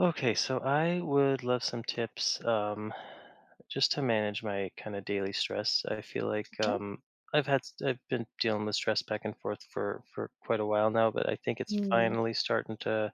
Okay, so I would love some tips just to manage my kind of daily stress. I feel like Right? I've been dealing with stress back and forth for quite a while now, but I think it's Mm. finally starting to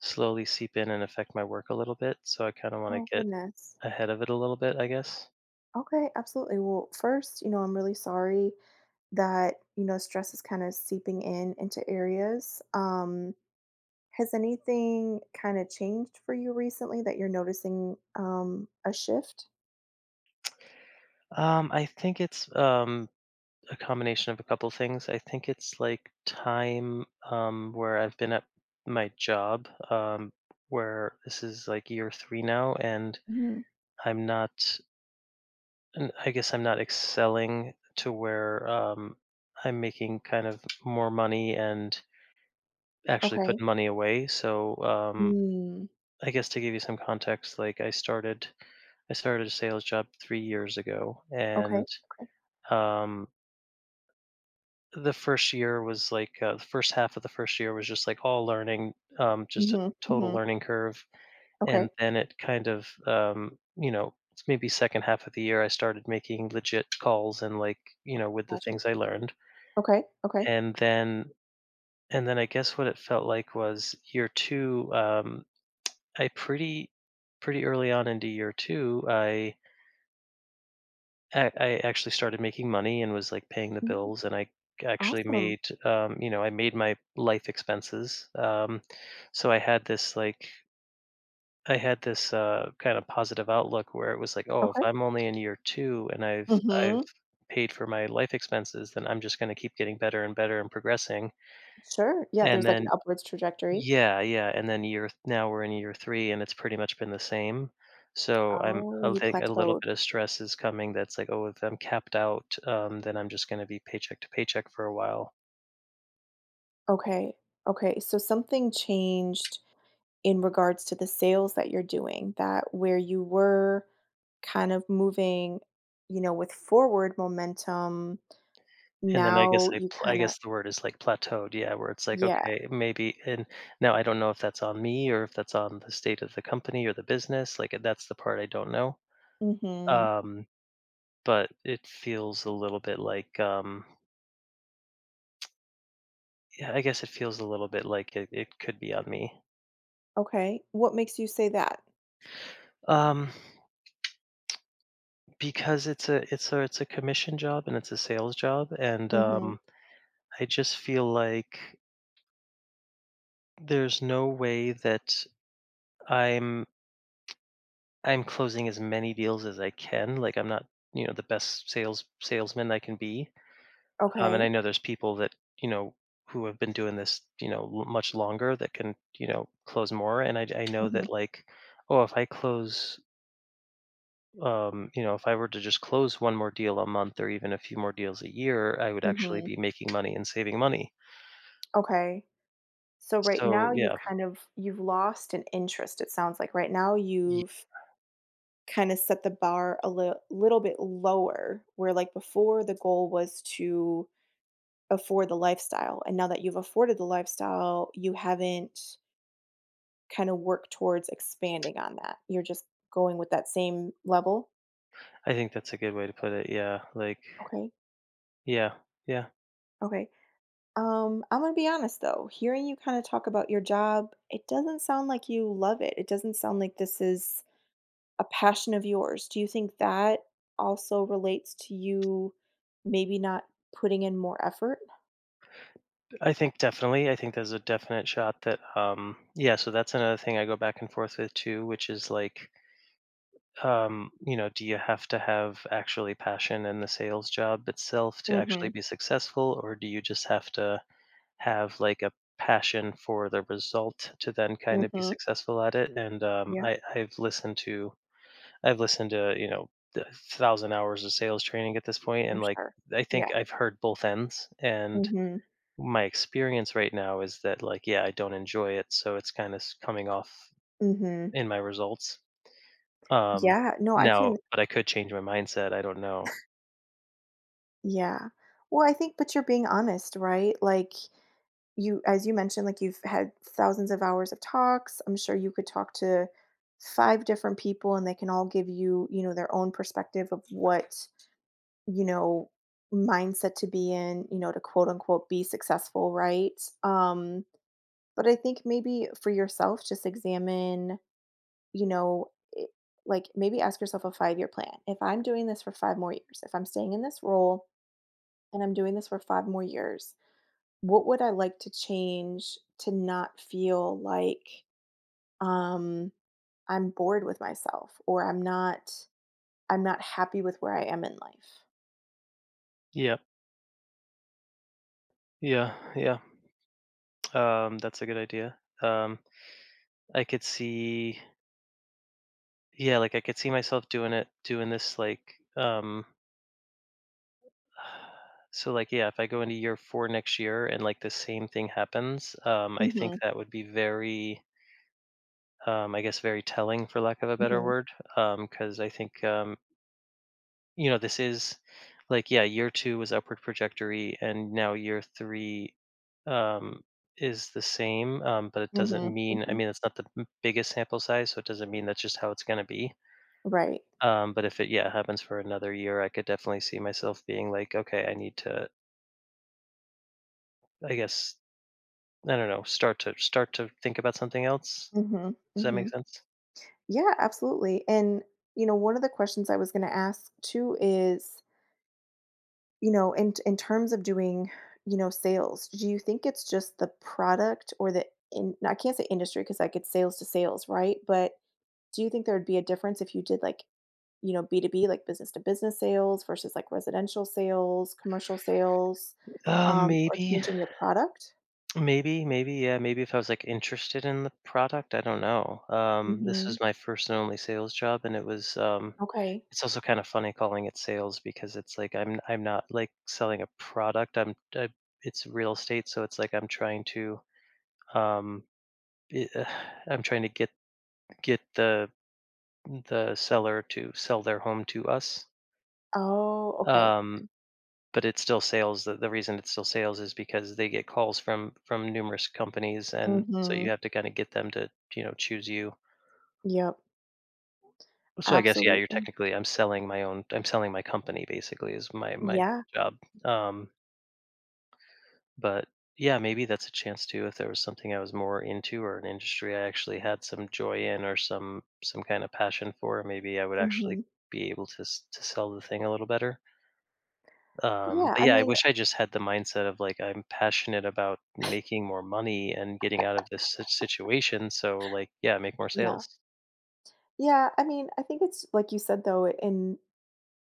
slowly seep in and affect my work a little bit. So I kind of want Oh, to get goodness. ahead of it a little bit, I guess. Okay, absolutely. Well, first, you know, I'm really sorry that, you know, stress is kind of seeping in into areas. Has anything kind of changed for you recently that you're noticing a shift? I think it's a combination of a couple things. I think it's like time where I've been at my job, where this is like year 3 now, and Mhm. I'm not, and I guess I'm not excelling to where I'm making kind of more money and actually Okay. putting money away. So Mm. I guess to give you some context, like I started a sales job 3 years ago, Okay. and Okay. um, the first half of the first year was just like all learning, just a Mm-hmm. total Mm-hmm. learning curve. Okay. And then it kind of, you know, it's maybe second half of the year, I started making legit calls and, like, with the Gotcha. things I learned. Okay. Okay. And then, and then I guess what it felt like was year two. I pretty, pretty early on into year two, I actually started making money and was, like, paying the Mhm. bills, and I actually Awesome. made, you know, I made my life expenses, so I had this, I had this, kinda positive outlook where it was like, "Oh, if Okay. I'm only in year 2 and I've Mm-hmm. paid for my life expenses, then I'm just gonna keep getting better and better and progressing," Sure. Yeah, and there's like an then, upwards trajectory. yeah, yeah, and then year now we're in year 3 and it's pretty much been the same. So I'm Oh, I you think a little plateaued. bit of stress is coming that's like, "Oh, if I'm capped out, then I'm just gonna be paycheck to paycheck for a while." Okay. Okay. So something changed in regards to the sales that you're doing, that where you were kind of moving, you know, with forward momentum, And then now you I kind of, guess the word is, like, plateaued, yeah, where it's like, yeah. okay, maybe, and now I don't know if that's on me or if that's on the state of the company or the business, like, that's the part I don't know. Hmm. Um, but it feels a little bit like, yeah, I guess it feels a little bit like it could be on me. Okay. What makes you say that? Um Because it's a it's a commission job and it's a sales job, and Hmm. I just feel like there's no way that I'm I'm closing as many deals as I can. Like, I'm not, the best salesman I can be, and I Okay. know there's people that, you know, who have been doing this, you know, l much longer that can, close more, and I know Hmm. that, like, oh, if I close you know, if I were to just close one more deal a month or even a few more deals a year, I would actually Hmm. be making money and saving money. Okay. So right So now you've yeah. kind of you've lost an interest. It sounds like right now Ye- you've kind of set the bar a little bit lower where like before the goal was to afford the lifestyle. And now that you've afforded the lifestyle, you haven't kind of worked towards expanding on that. You're just going with that same level. I think that's a good way to put it. Yeah, like, Okay. yeah, yeah. Okay. I'm gonna be honest though, hearing you kind of talk about your job, it doesn't sound like you love it. It doesn't sound like this is a passion of yours. Do you think that also relates to you maybe not putting in more effort? I think definitely. I think there's a definite shot that, yeah, so that's another thing I go back and forth with too, which is, like, do you have to have actually passion in the sales job itself to actually Mhm, be successful, or do you just have to have, like, a passion for the result to then kind of be mhm. successful at it? And Yeah, I've listened to, I've listened to, you know, 1,000 hours of sales training at this point, I'm and, like, sure. I think Yeah. I've heard both ends, and Mhm, my experience right now is that, like, yeah, I don't enjoy it, so it's kind of coming off mhm. in my results. Um, Yeah, no, I now can. but I could change my mindset, I don't know. Yeah. Well, I think, but you're being honest, right? Like you as you mentioned, like, you've had thousands of hours of talks. I'm sure you could talk to 5 different people, and they can all give you, you know, their own perspective of what, you know, mindset to be in, you know, to quote, unquote, "be successful," right? But I think maybe for yourself, just examine, you know, I like, maybe ask yourself a five-year plan. "If I'm doing this for 5 more years, if I'm staying in this role and I'm doing this for 5 more years, what would I like to change to not feel like, um, I'm bored with myself, or I'm not happy with where I am in life?" Yeah, yeah, yeah. That's a good idea. I could see, yeah, like, I could see myself doing this, like, so, like, yeah, if I go into year 4 next year and, like, the same thing happens, I think Mhm, that would be very, I guess, very telling, for lack of a better mhm, word. Because I think, this is like, yeah, year 2 was upward trajectory and now year 3 um is the same, but it doesn't mhm, mean. I mhm. mean, it's not the m biggest sample size, so it doesn't mean that's just how it's gonna be. Right. But if it, yeah, happens for another year, I could definitely see myself being like, "Okay, I need to, I guess, I don't know, start to think about something else." Mhm, Does that make mhm. sense? Yeah, absolutely, and, you know, one of the questions I was gonna ask too is, you know, in terms of doing, you know, sales, do you think it's just the product, or the in I can't say industry because I get sales to sales, right? But do you think there would be a difference if you did, like, you know, B2B, like business to business sales versus like residential sales, commercial sales, Uh, or maybe. changing your product? Maybe, maybe, yeah, maybe if I was, like, interested in the product, I don't know. This Hmm. was my first and only sales job, and it was. Um, Okay. it's also kind of funny calling it sales because it's like I'm not, like, selling a product. It's real estate, so it's like I'm trying to um i- uh, I'm trying to get the seller to sell their home to us. Oh, okay. Um, but it's still sales. The reason it's still sales is because they get calls from numerous companies, and so you Hmm. have to kind of get them to, choose you. Yep. So I guess, yeah, you're Absolutely. technically I'm selling my own. I'm selling my company, basically, is my Yeah. job. Um, but yeah, maybe that's a chance too. If there was something I was more into or an industry I actually had some joy in or some kind of passion for, maybe I would actually Hmm. be able to to sell the thing a little better. Um, Yeah. but I yeah, I mean, wish I just had the mindset of, like, I'm passionate about making more money and getting out of this situation. So, like, yeah, make more yeah. sales. Yeah. I mean, I think it's like you said though, in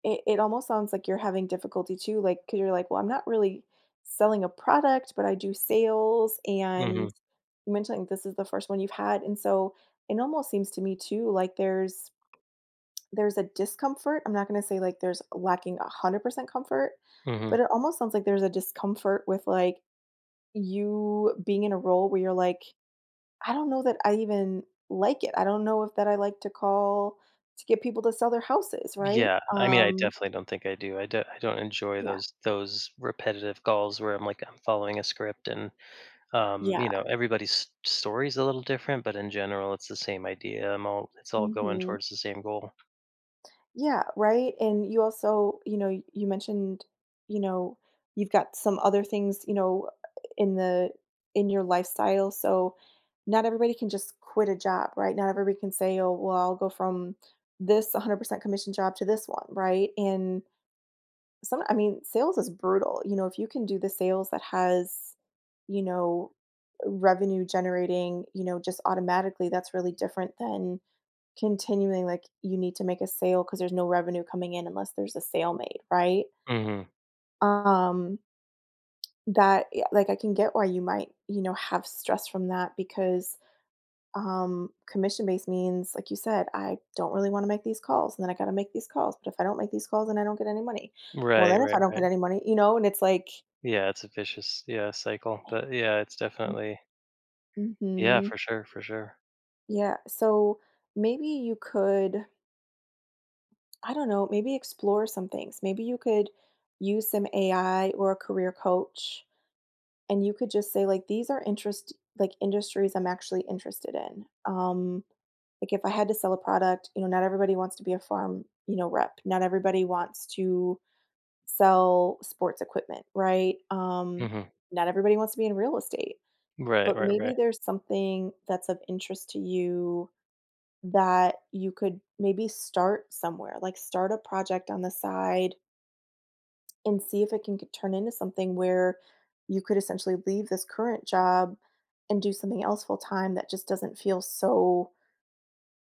It it almost sounds like you're having difficulty too, like, 'cause you're like, "Well, I'm not really selling a product, but I do sales," Hmm. and you mentioned, like, this is the first one you've had, and so it almost seems to me too, like there's a discomfort. I'm not gonna say like there's lacking 100% comfort, Hmm. but it almost sounds like there's a discomfort with like you being in a role where you're like, "I don't know that I even like it. I don't know if that I like to call to get people to sell their houses," right? Yeah, I mean, I definitely don't think I do. I don't enjoy Yeah, those repetitive calls where I'm, like, I'm following a script, and yeah. everybody's story's a little different, but in general, it's the same idea. I'm all It's all going Mhm. towards the same goal. Yeah, right, and you also, you know, you mentioned, you know, you've got some other things, you know, in the in your lifestyle, so not everybody can just quit a job, right? Not everybody can say, "Oh, well, I'll go from this 100% commission job to this one," right? And some I mean, sales is brutal, you know, if you can do the sales that has, you know, revenue generating, you know, just automatically, that's really different than continuing, like, you need to make a sale because there's no revenue coming in unless there's a sale made, right? Hmm. Um, that, yeah, like, I can get why you might, you know, have stress from that because, commission-based means, like you said, "I don't really wanna make these calls, and then I gotta make these calls, but if I don't make these calls, then I don't get any money. Well, Right, then if right, I don't right. get any money," you know, and it's like Yeah, it's a vicious, yeah, cycle, but, yeah, it's definitely. Yeah, mhm, for sure, for sure. yeah, so maybe you could, I don't know, maybe explore some things. Maybe you could use some AI or a career coach. And you could just say, like, "These are interest like, industries I'm actually interested in." Like, if I had to sell a product, you know, not everybody wants to be a farm, you know, rep. Not everybody wants to sell sports equipment, right? Mhm. Not everybody wants to be in real estate, Right, but right, maybe right. there's something that's of interest to you that you could maybe start somewhere, like, start a project on the side and see if it can get turn into something where you could essentially leave this current job and do something else full time that just doesn't feel so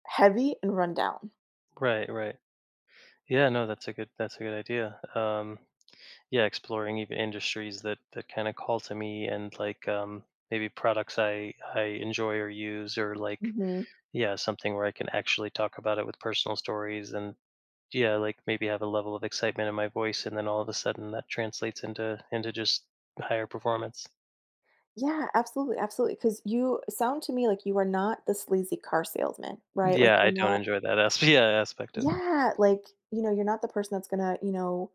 heavy and run down. Right, right. Yeah, no, that's a good idea. Yeah, exploring even industries that kind of call to me, and, like, maybe products I enjoy or use, or, like, Hmm. yeah, something where I can actually talk about it with personal stories, and, yeah, like, maybe have a level of excitement in my voice, and then all of a sudden that translates into just higher performance. Yeah, absolutely, absolutely. Because you sound to me like you are not the sleazy car salesman, right? Like Yeah, you're I don't not. enjoy that aspect. Yeah, aspect of. Yeah, like, you know, you're not the person that's gonna, you know,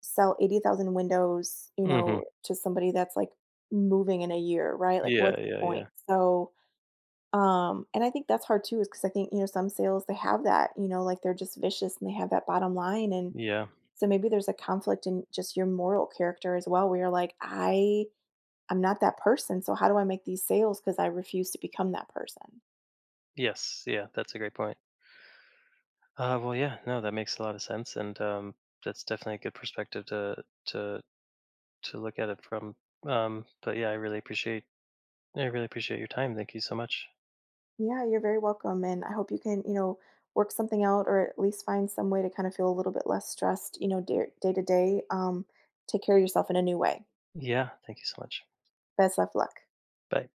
sell 80,000 windows, you Mhm. know, to somebody that's like moving in a year, right? Like Yeah, what's the yeah, yeah. point? So, and I think that's hard too, is because I think, you know, some sales they have that, you know, like they're just vicious and they have that bottom line. And Yeah. so maybe there's a conflict in just your moral character as well, where you're like, I'm not that person. So how do I make these sales? Because I refuse to become that person. Yes, yeah, that's a great point. Well, yeah, no, that makes a lot of sense, and that's definitely a good perspective to look at it from. But yeah, I really appreciate your time. Thank you so much. Yeah, you're very welcome. And I hope you can, you know, work something out or at least find some way to kind of feel a little bit less stressed, you know, day to day. Take care of yourself in a new way. Yeah, thank you so much. Best of luck. Bye.